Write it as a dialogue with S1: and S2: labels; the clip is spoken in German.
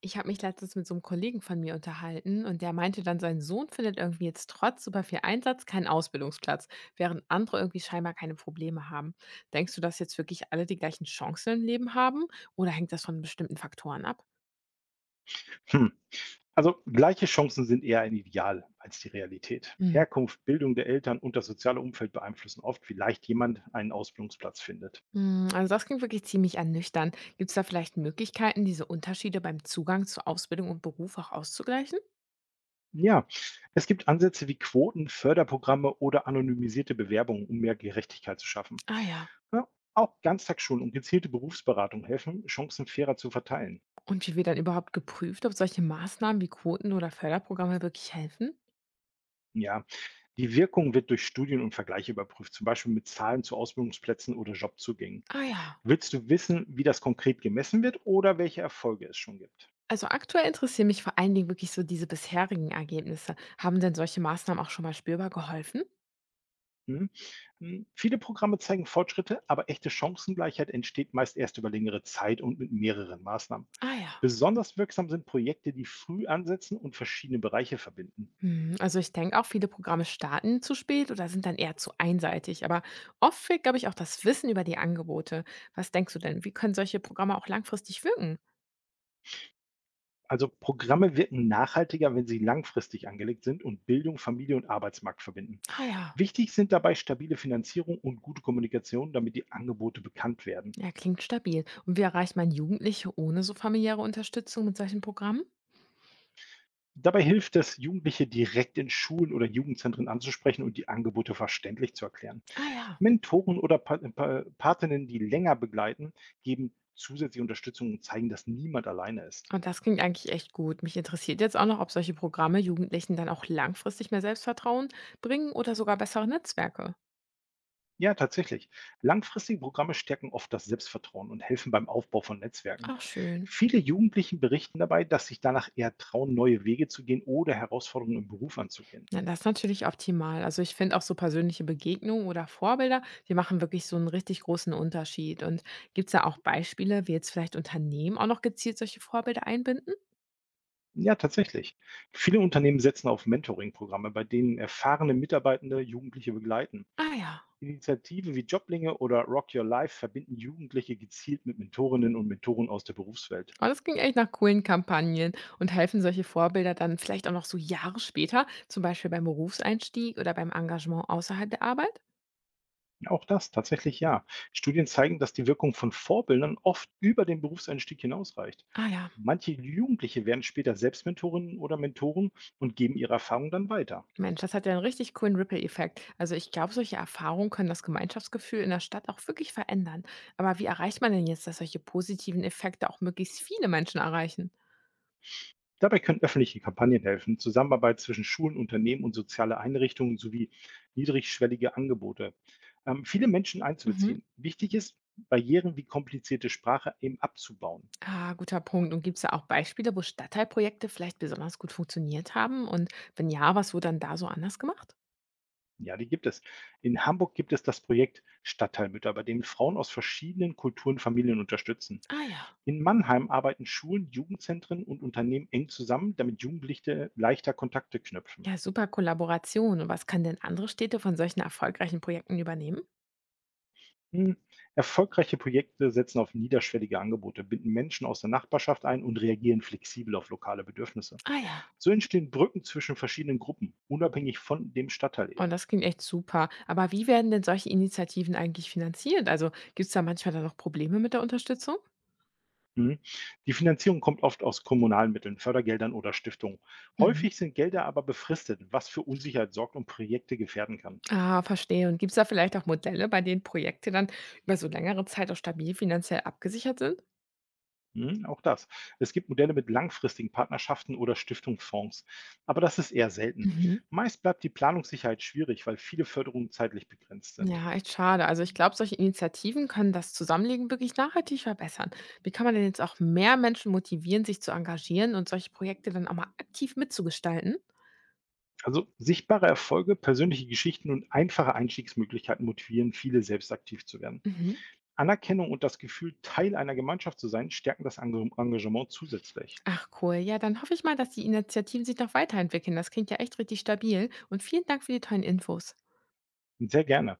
S1: Ich habe mich letztens mit so einem Kollegen von mir unterhalten und der meinte dann, sein Sohn findet irgendwie jetzt trotz super viel Einsatz keinen Ausbildungsplatz, während andere irgendwie scheinbar keine Probleme haben. Denkst du, dass jetzt wirklich alle die gleichen Chancen im Leben haben oder hängt das von bestimmten Faktoren ab?
S2: Hm. Also gleiche Chancen sind eher ein Ideal als die Realität.
S1: Hm.
S2: Herkunft, Bildung der Eltern und das soziale Umfeld beeinflussen oft, wie leicht jemand einen Ausbildungsplatz findet.
S1: Also das klingt wirklich ziemlich ernüchternd. Gibt es da vielleicht Möglichkeiten, diese Unterschiede beim Zugang zu Ausbildung und Beruf auch auszugleichen?
S2: Ja, es gibt Ansätze wie Quoten, Förderprogramme oder anonymisierte Bewerbungen, um mehr Gerechtigkeit zu schaffen.
S1: Ah ja.
S2: Ja, auch Ganztagsschulen und gezielte Berufsberatung helfen, Chancen fairer zu verteilen.
S1: Und wie wird dann überhaupt geprüft, ob solche Maßnahmen wie Quoten oder Förderprogramme wirklich helfen?
S2: Ja, die Wirkung wird durch Studien und Vergleiche überprüft, zum Beispiel mit Zahlen zu Ausbildungsplätzen oder Jobzugängen.
S1: Ah ja.
S2: Willst du wissen, wie das konkret gemessen wird oder welche Erfolge es schon gibt?
S1: Also aktuell interessieren mich vor allen Dingen wirklich so diese bisherigen Ergebnisse. Haben denn solche Maßnahmen auch schon mal spürbar geholfen?
S2: Mhm. Mhm. Viele Programme zeigen Fortschritte, aber echte Chancengleichheit entsteht meist erst über längere Zeit und mit mehreren Maßnahmen.
S1: Ah ja.
S2: Besonders wirksam sind Projekte, die früh ansetzen und verschiedene Bereiche verbinden.
S1: Also ich denke auch, viele Programme starten zu spät oder sind dann eher zu einseitig. Aber oft fehlt, glaube ich, auch das Wissen über die Angebote. Was denkst du denn? Wie können solche Programme auch langfristig wirken?
S2: Also Programme wirken nachhaltiger, wenn sie langfristig angelegt sind und Bildung, Familie und Arbeitsmarkt verbinden.
S1: Ah ja.
S2: Wichtig sind dabei stabile Finanzierung und gute Kommunikation, damit die Angebote bekannt werden.
S1: Ja, klingt stabil. Und wie erreicht man Jugendliche ohne so familiäre Unterstützung mit solchen Programmen?
S2: Dabei hilft es, Jugendliche direkt in Schulen oder Jugendzentren anzusprechen und die Angebote verständlich zu erklären.
S1: Ah ja.
S2: Mentoren oder Patinnen, die länger begleiten, geben zusätzliche Unterstützung und zeigen, dass niemand alleine ist.
S1: Und das klingt eigentlich echt gut. Mich interessiert jetzt auch noch, ob solche Programme Jugendlichen dann auch langfristig mehr Selbstvertrauen bringen oder sogar bessere Netzwerke.
S2: Ja, tatsächlich. Langfristige Programme stärken oft das Selbstvertrauen und helfen beim Aufbau von Netzwerken.
S1: Ach schön.
S2: Viele Jugendlichen berichten dabei, dass sich danach eher trauen, neue Wege zu gehen oder Herausforderungen im Beruf anzugehen.
S1: Na, das ist natürlich optimal. Also ich finde auch so persönliche Begegnungen oder Vorbilder, die machen wirklich so einen richtig großen Unterschied. Und gibt es da auch Beispiele, wie jetzt vielleicht Unternehmen auch noch gezielt solche Vorbilder einbinden?
S2: Ja, tatsächlich. Viele Unternehmen setzen auf Mentoring-Programme, bei denen erfahrene Mitarbeitende Jugendliche begleiten.
S1: Ah ja.
S2: Initiativen wie Joblinge oder Rock Your Life verbinden Jugendliche gezielt mit Mentorinnen und Mentoren aus der Berufswelt.
S1: Aber das ging echt nach coolen Kampagnen und helfen solche Vorbilder dann vielleicht auch noch so Jahre später, zum Beispiel beim Berufseinstieg oder beim Engagement außerhalb der Arbeit?
S2: Auch das tatsächlich ja. Studien zeigen, dass die Wirkung von Vorbildern oft über den Berufseinstieg hinausreicht.
S1: Ah ja.
S2: Manche Jugendliche werden später selbst Mentorinnen oder Mentoren und geben ihre Erfahrung dann weiter.
S1: Mensch, das hat ja einen richtig coolen Ripple-Effekt. Also, ich glaube, solche Erfahrungen können das Gemeinschaftsgefühl in der Stadt auch wirklich verändern. Aber wie erreicht man denn jetzt, dass solche positiven Effekte auch möglichst viele Menschen erreichen?
S2: Dabei können öffentliche Kampagnen helfen, Zusammenarbeit zwischen Schulen, Unternehmen und soziale Einrichtungen sowie niedrigschwellige Angebote. Viele Menschen
S1: Mhm.
S2: einzubeziehen. Wichtig ist, Barrieren wie komplizierte Sprache eben abzubauen.
S1: Ah, guter Punkt. Und gibt es da auch Beispiele, wo Stadtteilprojekte vielleicht besonders gut funktioniert haben? Und wenn ja, was wurde dann da so anders gemacht?
S2: Ja, die gibt es. In Hamburg gibt es das Projekt Stadtteilmütter, bei dem Frauen aus verschiedenen Kulturen Familien unterstützen.
S1: Ah ja.
S2: In Mannheim arbeiten Schulen, Jugendzentren und Unternehmen eng zusammen, damit Jugendliche leichter Kontakte knüpfen.
S1: Ja, super Kollaboration. Und was kann denn andere Städte von solchen erfolgreichen Projekten übernehmen?
S2: Hm, erfolgreiche Projekte setzen auf niederschwellige Angebote, binden Menschen aus der Nachbarschaft ein und reagieren flexibel auf lokale Bedürfnisse.
S1: Ah ja.
S2: So entstehen Brücken zwischen verschiedenen Gruppen, unabhängig von dem Stadtteil
S1: Und
S2: eben.
S1: das klingt echt super. Aber wie werden denn solche Initiativen eigentlich finanziert? Also gibt es da manchmal dann noch Probleme mit der Unterstützung?
S2: Mhm. Die Finanzierung kommt oft aus kommunalen Mitteln, Fördergeldern oder Stiftungen.
S1: Mhm.
S2: Häufig sind Gelder aber befristet, was für Unsicherheit sorgt und Projekte gefährden kann.
S1: Ah, verstehe. Und gibt es da vielleicht auch Modelle, bei denen Projekte dann über so längere Zeit auch stabil finanziell abgesichert sind?
S2: Mhm, auch das. Es gibt Modelle mit langfristigen Partnerschaften oder Stiftungsfonds. Aber das ist eher selten.
S1: Mhm.
S2: Meist bleibt die Planungssicherheit schwierig, weil viele Förderungen zeitlich begrenzt sind.
S1: Ja, echt schade. Also ich glaube, solche Initiativen können das Zusammenlegen wirklich nachhaltig verbessern. Wie kann man denn jetzt auch mehr Menschen motivieren, sich zu engagieren und solche Projekte dann auch mal aktiv mitzugestalten?
S2: Also sichtbare Erfolge, persönliche Geschichten und einfache Einstiegsmöglichkeiten motivieren viele, selbst aktiv zu werden.
S1: Mhm.
S2: Anerkennung und das Gefühl, Teil einer Gemeinschaft zu sein, stärken das Engagement zusätzlich.
S1: Ach cool, ja, dann hoffe ich mal, dass die Initiativen sich noch weiterentwickeln. Das klingt ja echt richtig stabil und vielen Dank für die tollen Infos.
S2: Sehr gerne.